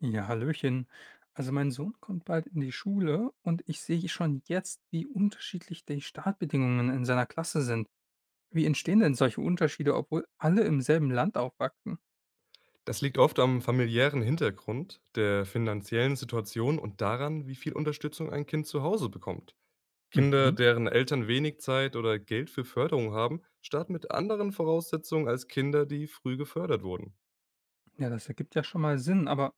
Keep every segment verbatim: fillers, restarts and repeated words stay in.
Ja, hallöchen. Also mein Sohn kommt bald in die Schule und ich sehe schon jetzt, wie unterschiedlich die Startbedingungen in seiner Klasse sind. Wie entstehen denn solche Unterschiede, obwohl alle im selben Land aufwachsen? Das liegt oft am familiären Hintergrund, der finanziellen Situation und daran, wie viel Unterstützung ein Kind zu Hause bekommt. Kinder, Mhm. deren Eltern wenig Zeit oder Geld für Förderung haben, starten mit anderen Voraussetzungen als Kinder, die früh gefördert wurden. Ja, das ergibt ja schon mal Sinn, aber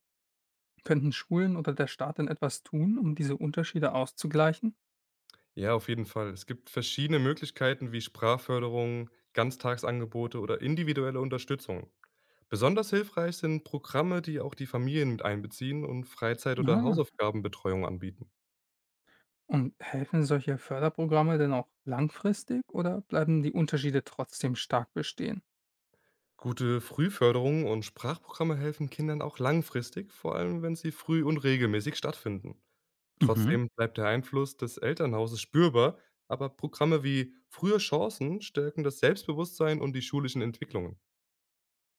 könnten Schulen oder der Staat denn etwas tun, um diese Unterschiede auszugleichen? Ja, auf jeden Fall. Es gibt verschiedene Möglichkeiten wie Sprachförderung, Ganztagsangebote oder individuelle Unterstützung. Besonders hilfreich sind Programme, die auch die Familien mit einbeziehen und Freizeit- oder Ah. Hausaufgabenbetreuung anbieten. Und helfen solche Förderprogramme denn auch langfristig oder bleiben die Unterschiede trotzdem stark bestehen? Gute Frühförderung und Sprachprogramme helfen Kindern auch langfristig, vor allem wenn sie früh und regelmäßig stattfinden. Mhm. Trotzdem bleibt der Einfluss des Elternhauses spürbar, aber Programme wie Frühe Chancen stärken das Selbstbewusstsein und die schulischen Entwicklungen.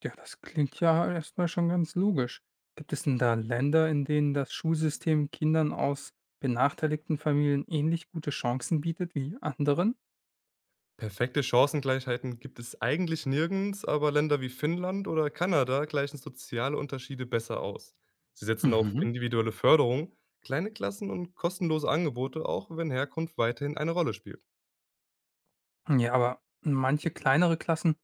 Ja, das klingt ja erstmal schon ganz logisch. Gibt es denn da Länder, in denen das Schulsystem Kindern aus benachteiligten Familien ähnlich gute Chancen bietet wie anderen? Perfekte Chancengleichheiten gibt es eigentlich nirgends, aber Länder wie Finnland oder Kanada gleichen soziale Unterschiede besser aus. Sie setzen auf Mhm. individuelle Förderung, kleine Klassen und kostenlose Angebote, auch wenn Herkunft weiterhin eine Rolle spielt. Ja, aber manche kleinere Klassen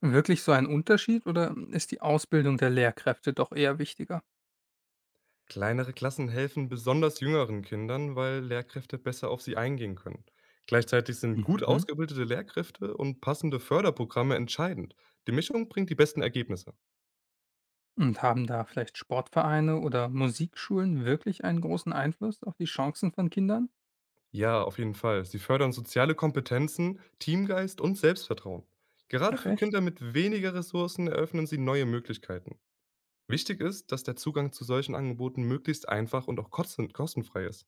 wirklich so ein Unterschied oder ist die Ausbildung der Lehrkräfte doch eher wichtiger? Kleinere Klassen helfen besonders jüngeren Kindern, weil Lehrkräfte besser auf sie eingehen können. Gleichzeitig sind gut Mhm. ausgebildete Lehrkräfte und passende Förderprogramme entscheidend. Die Mischung bringt die besten Ergebnisse. Und haben da vielleicht Sportvereine oder Musikschulen wirklich einen großen Einfluss auf die Chancen von Kindern? Ja, auf jeden Fall. Sie fördern soziale Kompetenzen, Teamgeist und Selbstvertrauen. Gerade Ach für echt? Kinder mit weniger Ressourcen eröffnen sie neue Möglichkeiten. Wichtig ist, dass der Zugang zu solchen Angeboten möglichst einfach und auch kosten- kostenfrei ist.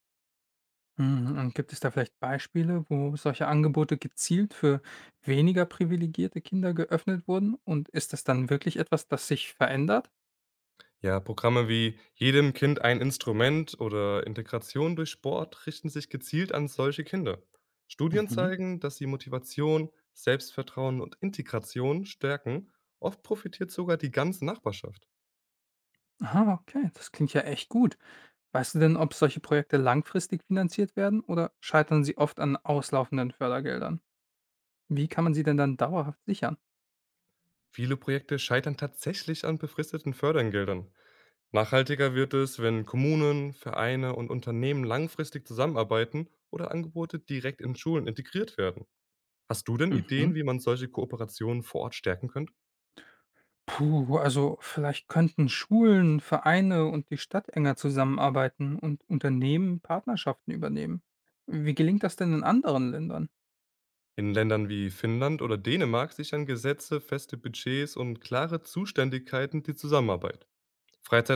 Mhm, und gibt es da vielleicht Beispiele, wo solche Angebote gezielt für weniger privilegierte Kinder geöffnet wurden? Und ist das dann wirklich etwas, das sich verändert? Ja, Programme wie „Jedem Kind ein Instrument“ oder „Integration durch Sport“ richten sich gezielt an solche Kinder. Studien Mhm. zeigen, dass sie Motivation, Selbstvertrauen und Integration stärken. Oft profitiert sogar die ganze Nachbarschaft. Aha, okay, das klingt ja echt gut. Weißt du denn, ob solche Projekte langfristig finanziert werden oder scheitern sie oft an auslaufenden Fördergeldern? Wie kann man sie denn dann dauerhaft sichern? Viele Projekte scheitern tatsächlich an befristeten Fördergeldern. Nachhaltiger wird es, wenn Kommunen, Vereine und Unternehmen langfristig zusammenarbeiten oder Angebote direkt in Schulen integriert werden. Hast du denn Mhm. Ideen, wie man solche Kooperationen vor Ort stärken könnte? Puh, also vielleicht könnten Schulen, Vereine und die Stadt enger zusammenarbeiten und Unternehmen Partnerschaften übernehmen. Wie gelingt das denn in anderen Ländern? In Ländern wie Finnland oder Dänemark sichern Gesetze feste Budgets und klare Zuständigkeiten die Zusammenarbeit.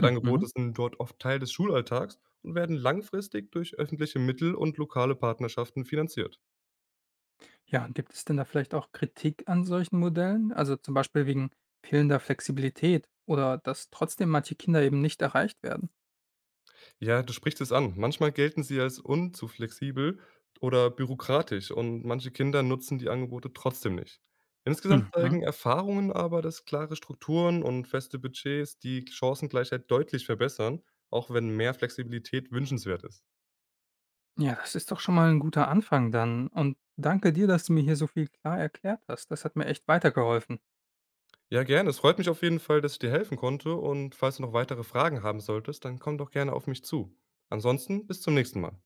Mhm. sind dort oft Teil des Schulalltags und werden langfristig durch öffentliche Mittel und lokale Partnerschaften finanziert. Ja, und gibt es denn da vielleicht auch Kritik an solchen Modellen? Also zum Beispiel wegen fehlender Flexibilität oder dass trotzdem manche Kinder eben nicht erreicht werden. Ja, du sprichst es an. Manchmal gelten sie als unzuflexibel oder bürokratisch und manche Kinder nutzen die Angebote trotzdem nicht. Insgesamt Mhm. zeigen Erfahrungen aber, dass klare Strukturen und feste Budgets die Chancengleichheit deutlich verbessern, auch wenn mehr Flexibilität wünschenswert ist. Ja, das ist doch schon mal ein guter Anfang dann. Und danke dir, dass du mir hier so viel klar erklärt hast. Das hat mir echt weitergeholfen. Ja, gerne. Es freut mich auf jeden Fall, dass ich dir helfen konnte und falls du noch weitere Fragen haben solltest, dann komm doch gerne auf mich zu. Ansonsten bis zum nächsten Mal.